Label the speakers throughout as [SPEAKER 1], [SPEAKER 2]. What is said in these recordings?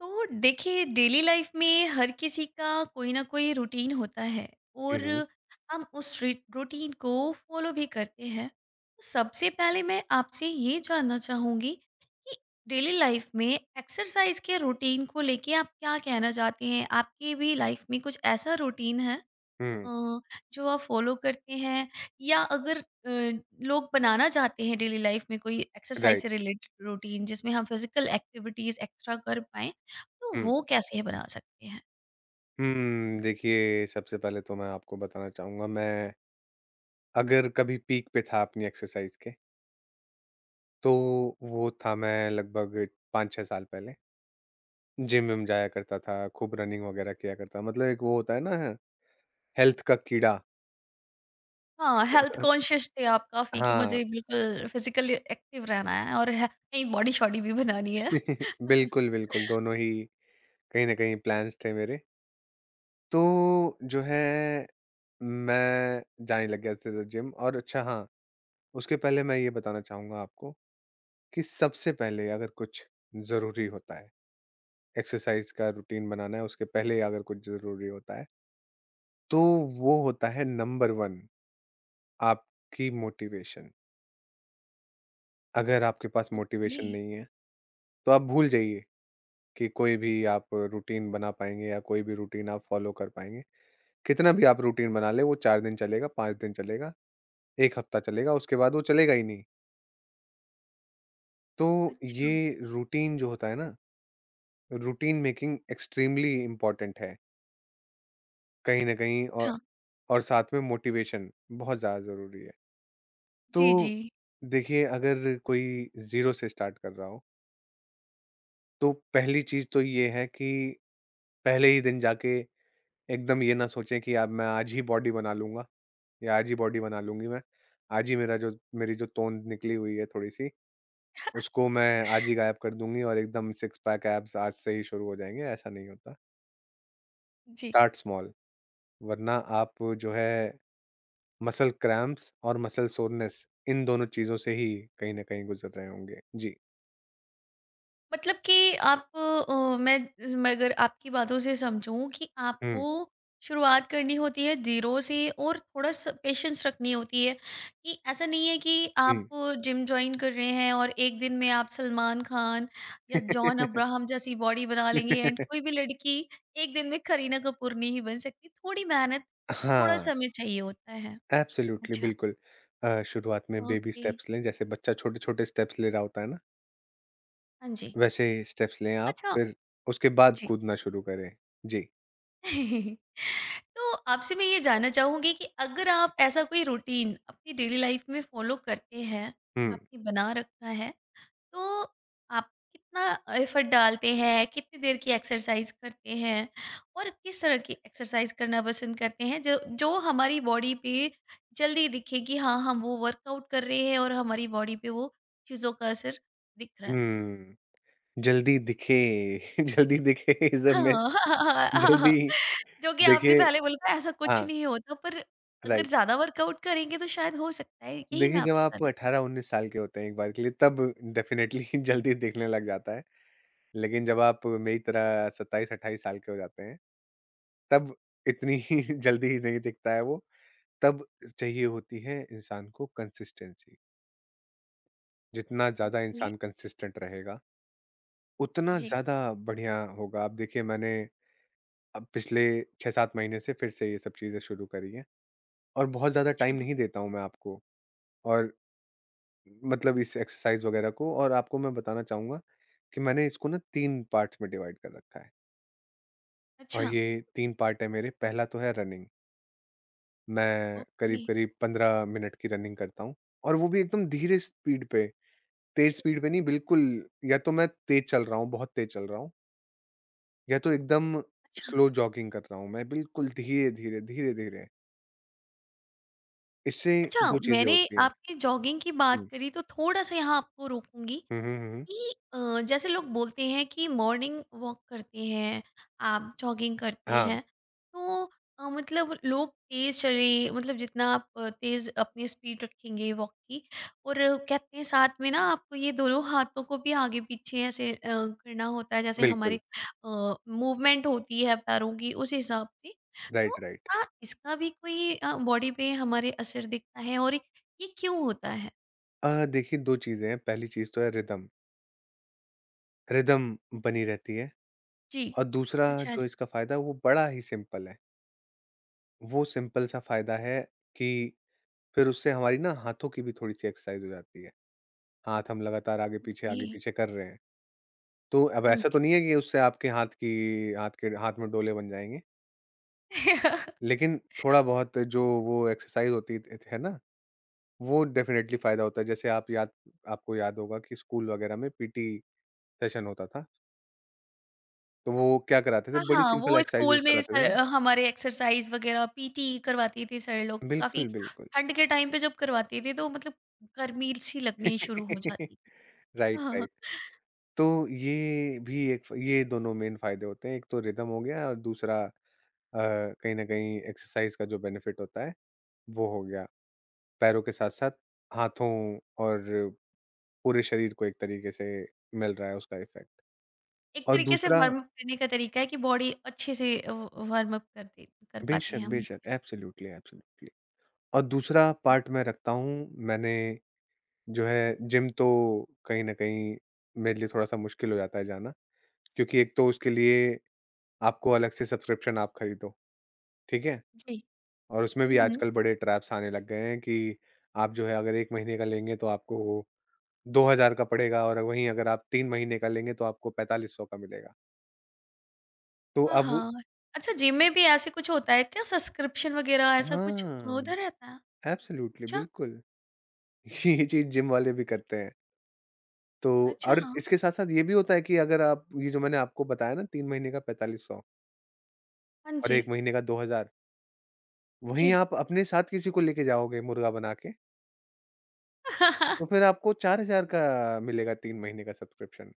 [SPEAKER 1] तो देखिए daily life में हर किसी का कोई ना कोई रूटीन होता है
[SPEAKER 2] हुँ,
[SPEAKER 1] और
[SPEAKER 2] हुँ।
[SPEAKER 1] हम उस रूटीन को फॉलो भी करते हैं। तो सबसे पहले मैं आपसे ये जानना चाहूँगी कि डेली लाइफ में एक्सरसाइज के रूटीन को लेके आप क्या कहना चाहते हैं? आपकी भी लाइफ में कुछ ऐसा रूटीन है
[SPEAKER 2] हुँ,
[SPEAKER 1] अ, जो आप फॉलो करते हैं, या अगर लोग बनाना चाहते हैं डेली लाइफ में कोई एक्सरसाइज
[SPEAKER 2] राइट।
[SPEAKER 1] से रिलेटेड रूटीन जिसमें हम फिजिकल एक्टिविटीज एक्स्ट्रा कर पाए, तो
[SPEAKER 2] हुँ।
[SPEAKER 1] वो कैसे बना सकते हैं?
[SPEAKER 2] देखिए सबसे पहले तो मैं आपको बताना चाहूँगा, मैं अगर कभी पीक पे था अपनी एक्सरसाइज़ के, तो वो था मैं लगभग 5-6 साल पहले। जिम-विम जाया करता था, खूब रनिंग वगैरह किया करता था। मतलब एक वो होता है ना, हेल्थ का कीड़ा।
[SPEAKER 1] हाँ, हेल्थ कॉन्शियस थे आप काफी कि
[SPEAKER 2] हाँ,
[SPEAKER 1] मुझे बिल्कुल फिजिकली एक्टिव रहना है और कहीं बॉडी शॉडी भी बनानी है।
[SPEAKER 2] बिल्कुल, बिल्कुल, दोनों ही कहीं न कहीं प्लान्स थे मेरे। तो जो है, मैं जाने लग गया था जिम, और अच्छा हाँ, उसके पहले मैं ये बताना चाहूँगा आपको कि सबसे पहले अगर कुछ ज़रूरी होता है, एक्सरसाइज़ का रूटीन बनाना है, उसके पहले अगर कुछ ज़रूरी होता है, तो वो होता है नंबर 1, आपकी मोटिवेशन। अगर आपके पास
[SPEAKER 1] ओके।
[SPEAKER 2] मोटिवेशन नहीं है, तो आप भूल जाइए कि कोई भी आप रूटीन बना पाएँगे या कोई भी रूटीन आप फ़ॉलो कर पाएँगे। कितना भी आप रूटीन बना लें, वो 4 दिन चलेगा, 5 दिन चलेगा, 1 हफ्ता चलेगा, उसके बाद वो चलेगा ही नहीं। तो
[SPEAKER 1] अच्छा,
[SPEAKER 2] ये रूटीन जो होता है ना, रूटीन मेकिंग एक्सट्रीमली इम्पोर्टेंट है, कहीं न कहीं, और
[SPEAKER 1] अच्छा।
[SPEAKER 2] और साथ में मोटिवेशन बहुत ज़्यादा ज़रूरी है। तो
[SPEAKER 1] जी जी
[SPEAKER 2] देखिए, अगर कोई ज़ीरो से स्टार्ट कर रहा हो, तो पहली चीज़ तो ये है कि पहले ही दिन जाके एकदम ये ना सोचें कि अब मैं आज ही बॉडी बना लूँगा या आज ही बॉडी बना लूँगी मैं। आज ही मेरा जो मेरी जो तोंद निकली हुई है थोड़ी-सी, उसको मैं आज ही गायब कर दूँगी और एकदम सिक्स पैक एब्स आज से ही शुरू हो जाएँगे, ऐसा नहीं होता।
[SPEAKER 1] जी।
[SPEAKER 2] स्टार्ट स्मॉल, वरना आप जो है, मसल क्रैम्प्स और मसल सोरनेस, इन दोनों चीज़ों से ही कहीं न कहीं गुज़र रहे होंगे। जी।
[SPEAKER 1] मतलब कि आप मैं अगर आपकी बातों से समझूं कि आपको
[SPEAKER 2] हुँ,
[SPEAKER 1] शुरुआत करनी होती है जीरो से और थोड़ा सा पेशेंस रखनी होती है कि ऐसा नहीं है कि
[SPEAKER 2] हुँ।
[SPEAKER 1] आप जिम ज्वाइन कर रहे हैं और एक दिन में आप सलमान खान या जॉन अब्राहम जैसी बॉडी बना लेंगे, एंड कोई भी लड़की एक दिन में करीना कपूर नहीं बन सकती। थोड़ी मेहनत, थोड़ा
[SPEAKER 2] हाँ,
[SPEAKER 1] समय चाहिए होता है।
[SPEAKER 2] एब्सोल्युटली,
[SPEAKER 1] अच्छा।
[SPEAKER 2] बिल्कुल। शुरुआत में बेबी
[SPEAKER 1] ओके।
[SPEAKER 2] स्टेप्स लें, जैसे बच्चा छोटे-छोटे स्टेप्स ले रहा होता है ना,
[SPEAKER 1] हाँ जी।
[SPEAKER 2] वैसे ही स्टेप्स लें आप,
[SPEAKER 1] अच्छा।
[SPEAKER 2] फिर उसके बाद
[SPEAKER 1] जी।
[SPEAKER 2] कूदना शुरू करें। जी।
[SPEAKER 1] तो आपसे मैं ये जानना चाहूँगी कि अगर आप ऐसा कोई रूटीन अपनी डेली लाइफ में फॉलो करते हैं,
[SPEAKER 2] हुँ,
[SPEAKER 1] आपने बना रखा है, तो आप कितना एफर्ट डालते हैं, कितनी देर की एक्सरसाइज करते हैं और किस तरह की एक्सरसाइज करना पसंद करते हैं, जो जो हमारी बॉडी पे जल्दी दिखे कि हाँ, हम वो वर्कआउट कर रहे हैं और हमारी बॉडी पे वो चीज़ों का असर दिख रहा है?
[SPEAKER 2] हुँ। जल्दी दिखे, जल्दी दिखे इज़ अ मिथ।
[SPEAKER 1] हाँ, हाँ, हाँ, हाँ,
[SPEAKER 2] जल्दी
[SPEAKER 1] हाँ। जो कि आपने
[SPEAKER 2] देखिए।
[SPEAKER 1] पहले बोला था ऐसा कुछ
[SPEAKER 2] हाँ,
[SPEAKER 1] नहीं होता, पर अगर
[SPEAKER 2] राइट।
[SPEAKER 1] ज़्यादा वर्कआउट करेंगे तो शायद हो सकता है, यही मैं
[SPEAKER 2] देखिए, जब
[SPEAKER 1] आपसे
[SPEAKER 2] आप
[SPEAKER 1] जानना चाहती
[SPEAKER 2] 18-19 साल के होते हैं एक बार के लिए, तब डेफ़िनेटली जल्दी दिखने लग जाता है। लेकिन जब आप मेरी तरह 27-28 साल के हो जाते हैं, तब इतनी जल्दी ही नहीं दिखता है वो। तब चाहिए होती है इंसान को कंसिस्टेंसी। जितना
[SPEAKER 1] हूँ।
[SPEAKER 2] ज़्यादा
[SPEAKER 1] ओके,
[SPEAKER 2] इंसान कंसिस्टेंट रहेगा, उतना
[SPEAKER 1] जी।
[SPEAKER 2] ज़्यादा बढ़िया होगा। आप देखिए, मैंने अब पिछले 6-7 महीने से फिर से ये सब चीज़ें शुरू करी हैं, और बहुत ज़्यादा
[SPEAKER 1] अच्छा,
[SPEAKER 2] टाइम नहीं देता हूँ मैं आपको, और मतलब इस एक्सरसाइज़ वगैरह को, और आपको मैं बताना चाहूँगा कि मैंने इसको ना 3 पार्ट्स में डिवाइड कर रखा है, और
[SPEAKER 1] अच्छा,
[SPEAKER 2] ये 3 पार्ट है मेरे। पहला तो है रनिंग। मैं
[SPEAKER 1] ओके,
[SPEAKER 2] करीब-करीब 15 मिनट की रनिंग करता हूँ, और वो भी एकदम धीरे स्पीड पे, तेज़ स्पीड पे नहीं, बिल्कुल। या तो मैं तेज़ चल रहा हूँ, बहुत तेज़ चल रहा हूँ, या तो एकदम
[SPEAKER 1] अच्छा।
[SPEAKER 2] स्लो जॉगिंग कर रहा हूँ मैं, बिल्कुल धीरे-धीरे, धीरे-धीरे। इससे
[SPEAKER 1] अच्छा,
[SPEAKER 2] 2 चीज़ें
[SPEAKER 1] मैंने
[SPEAKER 2] होती हैं।
[SPEAKER 1] आपने जॉगिंग की बात
[SPEAKER 2] हुँ।
[SPEAKER 1] करी तो थोड़ा-सा यहाँ आपको रोकूँगी
[SPEAKER 2] हुँ, हुँ, हुँ।
[SPEAKER 1] कि जैसे लोग बोलते हैं कि मॉर्निंग वॉक करते हैं, आप जॉगिंग करते
[SPEAKER 2] हाँ,
[SPEAKER 1] हैं तो मतलब लोग तेज चले, मतलब जितना आप तेज अपनी स्पीड रखेंगे वॉक की, और कहते हैं साथ में ना आपको ये दोनों हाथों को भी आगे पीछे ऐसे करना होता है, जैसे
[SPEAKER 2] बिल्कुल।
[SPEAKER 1] हमारे मूवमेंट होती है पैरों की, उस हिसाब से
[SPEAKER 2] राइट,
[SPEAKER 1] तो
[SPEAKER 2] राइट।
[SPEAKER 1] क्या इसका भी कोई बॉडी पे हमारे असर दिखता है और ये क्यों होता है?
[SPEAKER 2] देखिए, 2 चीज़ें हैं, पहली चीज़ तो है रिदम, रिदम बनी रहती है,
[SPEAKER 1] जी।
[SPEAKER 2] और दूसरा
[SPEAKER 1] अच्छा
[SPEAKER 2] जो
[SPEAKER 1] अच्छा।
[SPEAKER 2] इसका फ़ायदा है वो बड़ा ही सिंपल है। वो सिंपल सा फ़ायदा है कि फिर उससे हमारी ना हाथों की भी थोड़ी-सी एक्सरसाइज़ हो जाती है। हाथ हम लगातार आगे-पीछे,
[SPEAKER 1] ओके।
[SPEAKER 2] आगे-पीछे कर रहे हैं। तो अब
[SPEAKER 1] हाँ
[SPEAKER 2] ऐसा तो
[SPEAKER 1] जी।
[SPEAKER 2] नहीं है कि उससे आपके हाथ की, हाथ के, हाथ में डोले बन जाएँगे, लेकिन थोड़ा-बहुत जो वो एक्सरसाइज़ होती थ है ना, वो डेफ़िनेटली फ़ायदा होता है। जैसे आप याद आपको याद होगा कि स्कूल वगैरह में पीटी सेशन होता था, तो वो क्या कराते थे,
[SPEAKER 1] हाँ,
[SPEAKER 2] बड़ी
[SPEAKER 1] हाँ,
[SPEAKER 2] सिंपल
[SPEAKER 1] वो स्कूल
[SPEAKER 2] एक्सरसाइज़ेज़
[SPEAKER 1] में
[SPEAKER 2] कराते थे
[SPEAKER 1] सर,
[SPEAKER 2] ना।
[SPEAKER 1] हमारे एक्सरसाइज़ वग़ैरह पीटी करवाती थी सर लोग, तो काफ़ी
[SPEAKER 2] बिल्कुल, बिल्कुल।
[SPEAKER 1] ठंड के टाइम पे जब करवाती थी तो मतलब गर्मी-सी लगनी शुरू हो जाती थी।
[SPEAKER 2] राइट,
[SPEAKER 1] हाँ, हाँ।
[SPEAKER 2] राइट। तो ये भी एक फ़ ये दोनों मेन फ़ायदे होते हैं, एक तो रिदम हो गया, और दूसरा अ, कहीं न कहीं एक्सरसाइज़ का जो बेनिफिट होता है, वो हो गया। पैरों के साथ-साथ हाथों और पूरे शरीर को एक तरीके से मिल रहा है उसका इफ़ेक्ट।
[SPEAKER 1] एक
[SPEAKER 2] और
[SPEAKER 1] तरीके से
[SPEAKER 2] दूसरा।
[SPEAKER 1] वार्म अप करने का तरीका है कि बॉडी अच्छे से वार्म अप कर दे, कर पाते हैं
[SPEAKER 2] बेशक,
[SPEAKER 1] हम।
[SPEAKER 2] बेशक, एब्सोल्यूटली, एब्सोल्यूटली। और दूसरा
[SPEAKER 1] जी,
[SPEAKER 2] पार्ट मैं रखता हूँ, मैंने जो है, जिम तो कहीं न कहीं मेरे लिए थोड़ा-सा मुश्किल हो जाता है जाना, क्योंकि एक तो उसके लिए आपको अलग से सब्सक्रिप्शन आप खरीदो, ठीक है?
[SPEAKER 1] जी।
[SPEAKER 2] और उसमें
[SPEAKER 1] हुँ,
[SPEAKER 2] भी
[SPEAKER 1] हुँ।
[SPEAKER 2] आजकल बड़े ट्रैप्स आने लग गए हैं कि आप जो है, अगर 1 महीने का लेंगे तो आपको 2000 का पड़ेगा, और वहीं अगर आप 3 महीने का लेंगे तो आपको 4500 का मिलेगा। तो
[SPEAKER 1] हाँ,
[SPEAKER 2] अब।
[SPEAKER 1] हाँ। अच्छा, जिम में भी ऐसे कुछ होता है क्या, सब्सक्रिप्शन वग़ैरह ऐसा कुछ
[SPEAKER 2] हाँ,
[SPEAKER 1] उधर रहता है?
[SPEAKER 2] एब्सोल्यूटली,
[SPEAKER 1] अच्छा,
[SPEAKER 2] बिल्कुल। ये चीज़ जिम वाले भी करते हैं। तो
[SPEAKER 1] अच्छा।
[SPEAKER 2] और
[SPEAKER 1] हाँ।
[SPEAKER 2] इसके साथ-साथ ये भी होता है कि अगर आप, ये जो मैंने आपको बताया ना, 3 महीने का 4500
[SPEAKER 1] हाँ
[SPEAKER 2] और
[SPEAKER 1] जी,
[SPEAKER 2] 1 महीने का 2000, वहीं
[SPEAKER 1] जी।
[SPEAKER 2] आप अपने साथ किसी को लेके जाओगे मुर्गा बना के, तो फिर आपको 4000 का मिलेगा 3 महीने का सब्सक्रिप्शन।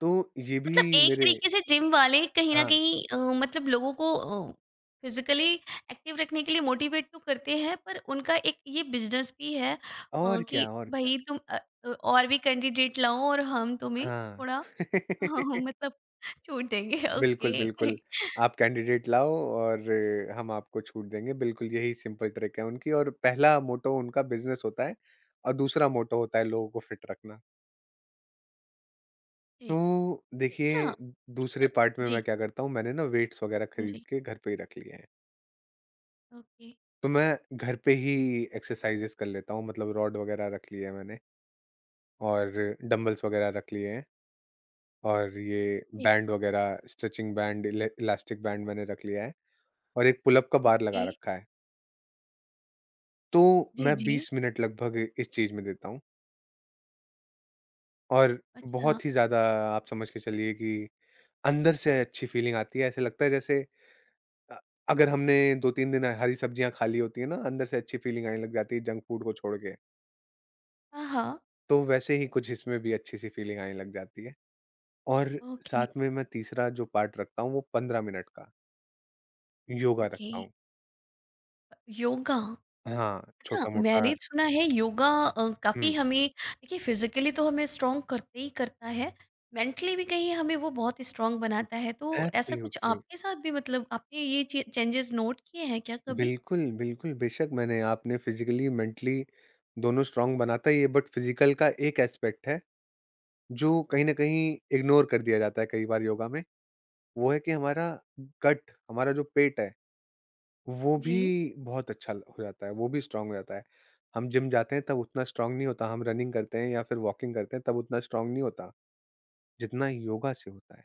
[SPEAKER 2] तो ये भी
[SPEAKER 1] मतलब एक
[SPEAKER 2] मेरे।
[SPEAKER 1] तरीके से जिम वाले कहीं न
[SPEAKER 2] हाँ,
[SPEAKER 1] कहीं मतलब लोगों को फिज़िकली एक्टिव रखने के लिए मोटिवेट तो करते हैं, पर उनका एक ये बिज़नेस भी है
[SPEAKER 2] और
[SPEAKER 1] कि
[SPEAKER 2] क्या, और क्या।
[SPEAKER 1] भई तुम और भी कैंडिडेट लाओ और हम तुम्हें
[SPEAKER 2] हाँ।
[SPEAKER 1] थोड़ा मतलब छूट देंगे।
[SPEAKER 2] बिल्कुल,
[SPEAKER 1] ओके।
[SPEAKER 2] बिल्कुल। आप कैंडिडेट लाओ और हम आपको छूट देंगे, बिल्कुल यही सिंपल ट्रिक है उनकी, और पहला मोटो उनका बिज़नेस होता है, और दूसरा मोटो होता है लोगों को फिट रखना।
[SPEAKER 1] जी।
[SPEAKER 2] तो देखिए,
[SPEAKER 1] अच्छा।
[SPEAKER 2] दूसरे
[SPEAKER 1] एक
[SPEAKER 2] पार्ट में
[SPEAKER 1] जी,
[SPEAKER 2] मैं क्या करता हूँ, मैंने ना वेट्स वगैरह
[SPEAKER 1] हाँ
[SPEAKER 2] खरीद
[SPEAKER 1] जी।
[SPEAKER 2] के घर पे ही रख लिए हैं।
[SPEAKER 1] ओके,
[SPEAKER 2] तो मैं घर पे ही एक्सरसाइज़ेज़ कर लेता हूँ, मतलब रॉड वगैरह रख ली है मैंने, और डंबल्स वगैरह रख लिए हैं, और ये
[SPEAKER 1] जी,
[SPEAKER 2] बैंड वगैरह, स्ट्रेचिंग बैंड, इले इलास्टिक बैंड मैंने रख लिया है, और एक पुल अप का बार
[SPEAKER 1] ओके।
[SPEAKER 2] लगा रखा है। तो
[SPEAKER 1] जी,
[SPEAKER 2] मैं
[SPEAKER 1] जी।
[SPEAKER 2] 20 मिनट लगभग इस चीज़ में देता हूँ, और
[SPEAKER 1] अच्छा।
[SPEAKER 2] बहुत ही ज़्यादा आप समझ के चलिए कि अंदर से अच्छी फ़ीलिंग आती है। ऐसा लगता है जैसे अ, अगर हमने 2-3 दिन हरी सब्जियाँ खा ली होती है ना, अंदर से अच्छी फ़ीलिंग आने लग जाती है जंक फूड को छोड़ के।
[SPEAKER 1] हाँ, हाँ।
[SPEAKER 2] तो वैसे ही कुछ इसमें भी अच्छी सी फ़ीलिंग आने लग जाती है, और
[SPEAKER 1] ओके,
[SPEAKER 2] साथ में मैं तीसरा जो पार्ट रखता हूँ वो 15 मिनट का योगा
[SPEAKER 1] ओके।
[SPEAKER 2] रखता हूँ।
[SPEAKER 1] योगा।
[SPEAKER 2] हाँ,
[SPEAKER 1] अच्छा,
[SPEAKER 2] छोटा-मोटा।
[SPEAKER 1] मैंने सुना है योगा काफ़ी
[SPEAKER 2] हुँ,
[SPEAKER 1] हमें, देखिए, फिजिकली तो हमें स्ट्रांग करते ही करता है, मेंटली भी कहीं हमें वो बहुत स्ट्रांग बनाता है, तो ऐसा कुछ
[SPEAKER 2] एब्सोल्युटली।
[SPEAKER 1] आपके साथ भी, मतलब आपने ये चे चेंजेस नोट किए हैं क्या कभी?
[SPEAKER 2] बिल्कुल, बिल्कुल, बेशक, मैंने, आपने फ़िज़िकली, मेंटली दोनों स्ट्रॉन्ग बनाता ही है, बट फ़िज़िकल का एक एस्पेक्ट है, जो कहीं न कहीं इग्नोर कर दिया जाता है कई बार योगा में, वो है कि हमारा गट, हमारा जो पेट है, वो
[SPEAKER 1] जी।
[SPEAKER 2] भी बहुत अच्छा ल हो जाता है, वो भी स्ट्रॉन्ग हो जाता है। हम जिम जाते हैं तब उतना स्ट्रॉन्ग नहीं होता, हम रनिंग करते हैं या फिर वॉकिंग करते हैं तब उतना स्ट्रॉन्ग नहीं होता, जितना योगा से होता है।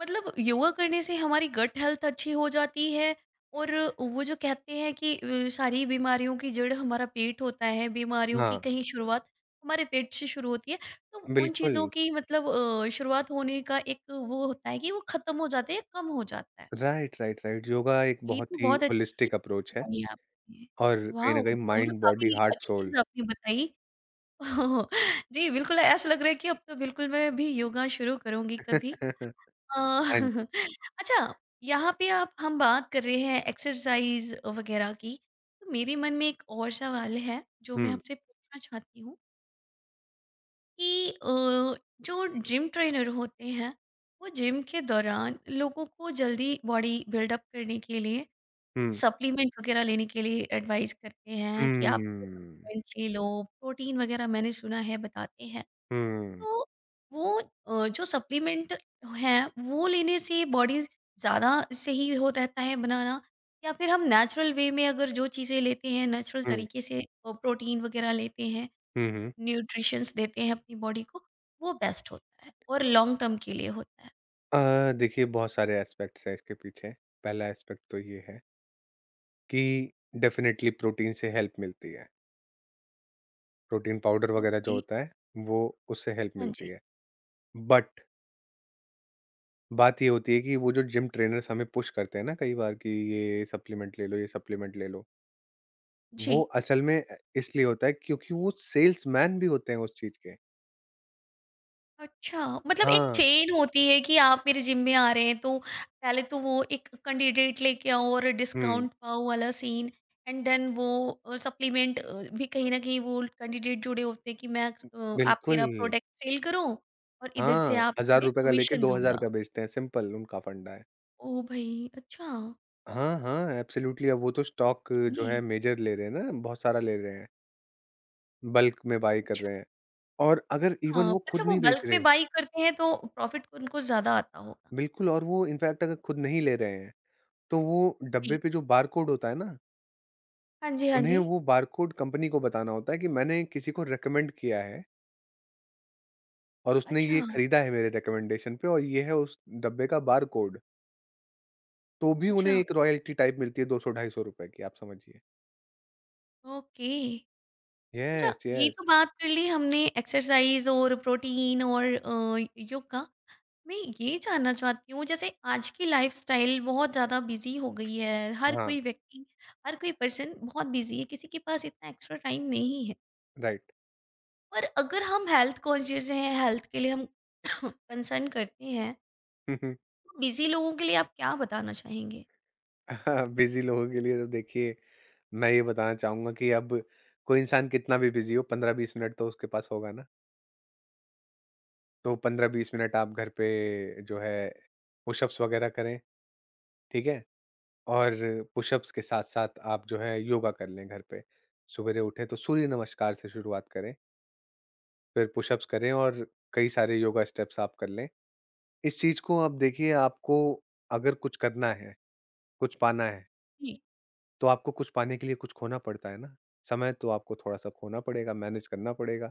[SPEAKER 1] मतलब योगा करने से हमारी गट हेल्थ अच्छी हो जाती है, और वो जो कहते हैं कि सारी बीमारियों की जड़ हमारा पेट होता है, बीमारियों की
[SPEAKER 2] हाँ,
[SPEAKER 1] कहीं शुरुआत हमारे पेट से शुरू होती है। तो उन
[SPEAKER 2] बिल्कुल।
[SPEAKER 1] चीज़ों की मतलब शुरुआत होने का एक वो होता है कि वो खत्म हो जाते हैं, कम हो जाता है।
[SPEAKER 2] राइट, राइट, राइट, योगा एक
[SPEAKER 1] ये तो
[SPEAKER 2] बहुत ही
[SPEAKER 1] बहुत अच्छी
[SPEAKER 2] होलिस्टिक अप्रोच है,
[SPEAKER 1] बात बताई आपने।
[SPEAKER 2] और कहीं
[SPEAKER 1] वाओ!
[SPEAKER 2] न कहीं
[SPEAKER 1] मतलब
[SPEAKER 2] माइंड, बॉडी,
[SPEAKER 1] काफ़ी
[SPEAKER 2] हार्ट,
[SPEAKER 1] अच्छी
[SPEAKER 2] सोल।
[SPEAKER 1] चीज़ आपने बताई। जी, बिल्कुल ऐसा लग रहा है कि अब तो बिल्कुल मैं भी योगा शुरू करूँगी कभी। अ,
[SPEAKER 2] हाँ जी।
[SPEAKER 1] अच्छा, यहाँ पे आप हम बात कर रहे हैं एक्सरसाइज वगैरह की, तो मेरे मन में एक और सवाल है जो मैं
[SPEAKER 2] हुँ,
[SPEAKER 1] आपसे पूछना चाहती हूँ कि जो जिम ट्रेनर होते हैं वो जिम के दौरान लोगों को जल्दी बॉडी बिल्डअप करने के लिए कुछ
[SPEAKER 2] हुँ,
[SPEAKER 1] सप्लीमेंट वगैरह लेने के लिए एडवाइस करते हैं कि आप
[SPEAKER 2] हुँ,
[SPEAKER 1] सप्लीमेंट ले लो, प्रोटीन वगैरह मैंने सुना है बताते हैं।
[SPEAKER 2] हुँ,
[SPEAKER 1] तो वो जो सप्लीमेंट है वो लेने से बॉडी ज़्यादा सही हो रहता है बनाना, या फिर हम नेचुरल वे में अगर जो चीज़ें लेते हैं, नेचुरल
[SPEAKER 2] हुँ,
[SPEAKER 1] तरीके से प्रोटीन वगैरह लेते हैं,
[SPEAKER 2] हुँ, हुँ।
[SPEAKER 1] न्यूट्रिशंस देते हैं अपनी बॉडी को, वो बेस्ट होता है और लॉन्ग टर्म के लिए होता है?
[SPEAKER 2] अ, देखिए, बहुत सारे एस्पेक्ट्स हैं इसके पीछे। पहला एस्पेक्ट तो ये है कि डेफ़िनेटली प्रोटीन से हेल्प मिलती है। प्रोटीन पाउडर वग़ैरह जो
[SPEAKER 1] ओके।
[SPEAKER 2] होता है, वो, उससे हेल्प
[SPEAKER 1] हाँ
[SPEAKER 2] मिलती
[SPEAKER 1] जी।
[SPEAKER 2] है। बट बात ये होती है कि वो जो जिम ट्रेनर्स हमें पुश करते हैं ना कई बार कि ये सप्लीमेंट ले लो, ये सप्लीमेंट ले लो। वो
[SPEAKER 1] जी।
[SPEAKER 2] असल में इसलिए होता है क्योंकि वो सेल्समैन भी होते हैं उस चीज़ के।
[SPEAKER 1] अच्छा, मतलब एक
[SPEAKER 2] हाँ।
[SPEAKER 1] चेन होती है कि आप मेरे जिम में आ रहे हैं तो पहले तो वो एक कैंडिडेट लेके आओ और
[SPEAKER 2] हुँ,
[SPEAKER 1] डिस्काउंट पाओ वाला सीन, एंड देन वो सप्लीमेंट भी कहीं न कहीं वो कैंडिडेट जुड़े होते हैं कि मैं आप
[SPEAKER 2] बिल्कुल।
[SPEAKER 1] मेरा प्रोडक्ट सेल करो और इधर से
[SPEAKER 2] हाँ,
[SPEAKER 1] आप मैं
[SPEAKER 2] ₹1000 का लेके
[SPEAKER 1] कमीशन
[SPEAKER 2] 2000
[SPEAKER 1] दूँगा।
[SPEAKER 2] का बेचते हैं, सिंपल उनका फंडा है।
[SPEAKER 1] ओह भाई! अच्छा,
[SPEAKER 2] हाँ, हाँ, एब्सोल्यूटली, अब वो तो स्टॉक जो
[SPEAKER 1] ओके।
[SPEAKER 2] है मेजर ले रहे हैं ना, बहुत सारा ले रहे हैं, बल्क में बाय कर
[SPEAKER 1] अच्छा।
[SPEAKER 2] रहे हैं। और अगर इवन
[SPEAKER 1] हाँ,
[SPEAKER 2] वो
[SPEAKER 1] अच्छा
[SPEAKER 2] खुद
[SPEAKER 1] वो
[SPEAKER 2] नहीं बेच
[SPEAKER 1] बल्क
[SPEAKER 2] रहे,
[SPEAKER 1] में बाई करते हैं तो प्रॉफिट उनको ज़्यादा आता होगा।
[SPEAKER 2] बिल्कुल, और वो इनफैक्ट अगर खुद नहीं ले रहे हैं, तो वो डब्बे
[SPEAKER 1] जी।
[SPEAKER 2] पे जो बारकोड होता है ना,
[SPEAKER 1] हाँ जी, हाँ
[SPEAKER 2] उन्हें
[SPEAKER 1] जी।
[SPEAKER 2] वो बारकोड कंपनी को बताना होता है कि मैंने किसी को रिकमेंड किया है, और उसने ये
[SPEAKER 1] अच्छा,
[SPEAKER 2] खरीदा है मेरे रिकमेंडेशन पे, और ये है उस डब्बे का बारकोड। तो भी उन्हें
[SPEAKER 1] अच्छा,
[SPEAKER 2] एक रॉयल्टी टाइप मिलती है 200, ₹250 की, आप समझिए।
[SPEAKER 1] ओके। अच्छा,
[SPEAKER 2] येस,
[SPEAKER 1] ये
[SPEAKER 2] येस।
[SPEAKER 1] तो बात कर ली हमने एक्सरसाइज और प्रोटीन और योग का। मैं ये जानना चाहती हूँ, जैसे आज की लाइफ़स्टाइल बहुत ज़्यादा बिज़ी हो गई है, हर
[SPEAKER 2] हाँ,
[SPEAKER 1] कोई व्यक्ति, हर कोई पर्सन बहुत बिज़ी है, किसी के पास इतना एक्स्ट्रा टाइम नहीं है।
[SPEAKER 2] राइट।
[SPEAKER 1] पर अगर हम हेल्थ कॉन्शियस हैं, हेल्थ के लिए हम कंसर्न करते हैं, तो बिज़ी लोगों के लिए आप क्या बताना चाहेंगे?
[SPEAKER 2] बिज़ी लोगों के लिए तो देखिए, मैं ये बताना चाहूँगा कि अब कोई इंसान कितना भी बिज़ी हो, 15-20 मिनट तो उसके पास होगा ना। तो 15-20 मिनट आप घर पे जो है पुशअप्स वग़ैरह करें, ठीक है? और पुशअप्स के साथ-साथ आप जो है योगा कर लें घर पे। सवेरे उठें तो सूर्य नमस्कार से शुरुआत करें, फिर पुशअप्स करें, और कई सारे योगा स्टेप्स आप कर लें। इस चीज़ को आप देखिए, आपको अगर कुछ करना है, कुछ पाना है,
[SPEAKER 1] जी,
[SPEAKER 2] तो आपको कुछ पाने के लिए कुछ खोना पड़ता है ना। समय तो आपको थोड़ा-सा खोना पड़ेगा, मैनेज करना पड़ेगा।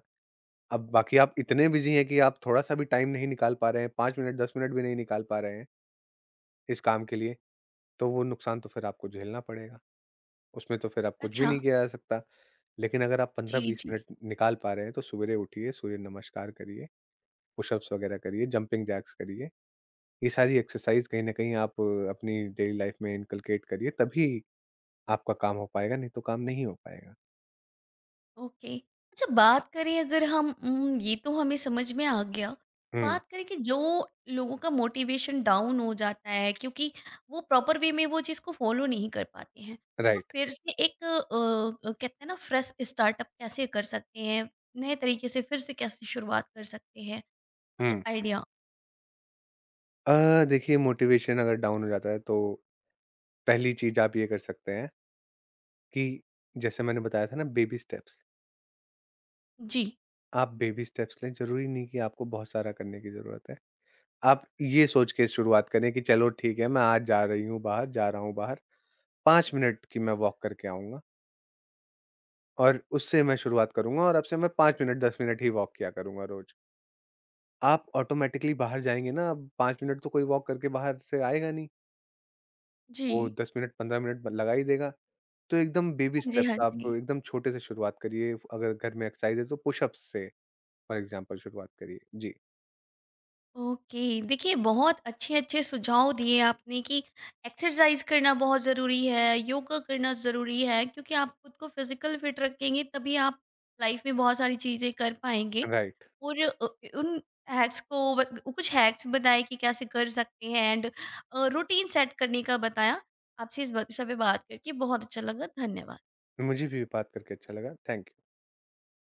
[SPEAKER 2] अब बाकी, आप इतने बिज़ी हैं कि आप थोड़ा-सा भी टाइम नहीं निकाल पा रहे हैं, 5 मिनट 10 मिनट भी नहीं निकाल पा रहे हैं इस काम के लिए, तो वो नुकसान तो फिर आपको झेलना पड़ेगा। उसमें तो फिर अब कुछ भी
[SPEAKER 1] अच्छा,
[SPEAKER 2] नहीं किया जा सकता। लेकिन अगर आप
[SPEAKER 1] जी,
[SPEAKER 2] 15-20
[SPEAKER 1] जी।
[SPEAKER 2] मिनट निकाल पा रहे हैं, तो सुबेरे उठिए, सूर्य नमस्कार करिए, पुशअप्स वगैरह करिए, जंपिंग जैक्स करिए। ये सारी एक्सरसाइज़ कहीं न कहीं आप अपनी डेली लाइफ़ में इनकलकेट करिए, तभी आपका काम हो पाएगा, नहीं तो काम नहीं हो पाएगा।
[SPEAKER 1] ओके। अच्छा, बात करें अगर हम ये तो हमें समझ में आ गया।
[SPEAKER 2] हुँ,
[SPEAKER 1] बात करें कि जो लोगों का मोटिवेशन डाउन हो जाता है क्योंकि वो प्रॉपर वे में वो चीज़ को फ़ॉलो नहीं कर पाते हैं। तो
[SPEAKER 2] राइट।
[SPEAKER 1] फिर से कहते हैं ना, फ्रेश स्टार्टअप कैसे कर सकते हैं? नए तरीके से फिर से कैसे शुरुआत कर सकते हैं? कुछ
[SPEAKER 2] हुँ।
[SPEAKER 1] आइडिया?
[SPEAKER 2] देखिए, मोटिवेशन अगर डाउन हो जाता है तो पहली चीज़ आप ये कर सकते हैं कि जैसे मैंने बताया था ना बेबी स्टेप्स,
[SPEAKER 1] जी।
[SPEAKER 2] आप बेबी स्टेप्स लें, ज़रूरी नहीं कि आपको बहुत सारा करने की ज़रूरत है। आप ये सोच के शुरुआत करें कि चलो ठीक है, मैं आज जा रही हूँ बाहर, जा रहा हूँ बाहर, 5 मिनट की मैं वॉक करके आऊँगा, और उससे मैं शुरुआत करूँगा, और अब से मैं 5 मिनट, 10 मिनट ही वॉक किया करूँगा रोज़। आप ऑटोमैटिकली बाहर जाएँगे ना, अब 5 मिनट तो कोई वॉक करके बाहर से आएगा नहीं, वो
[SPEAKER 1] जी।
[SPEAKER 2] 10 मिनट, 15 मिनट ब लगा ही देगा। तो एकदम बेबी
[SPEAKER 1] हाँ जी, हाँ
[SPEAKER 2] स्टेप्स, आप
[SPEAKER 1] जी।
[SPEAKER 2] एकदम छोटे से शुरुआत करिए, अगर घर में एक्सरसाइज है तो पुशअप्स से फॉर एग्जांपल शुरुआत करिए। जी,
[SPEAKER 1] ओके, देखिए बहुत अच्छे अच्छे सुझाव दिए आपने कि एक्सरसाइज करना बहुत ज़रूरी है, योगा करना ज़रूरी है, क्योंकि आप खुद को फिजिकल फिट रखेंगे तभी आप लाइफ में बहुत सारी चीज़ें कर पाएंगे
[SPEAKER 2] राइट।
[SPEAKER 1] और उन हैक्स को कुछ हैक्स बताए कि कैसे कर सकते हैं, एंड रूटीन सेट करने का बताया। आपसे इस सब पे बात करके बहुत अच्छा लगा, धन्यवाद।
[SPEAKER 2] मुझे भी बात करके अच्छा लगा। Thank you.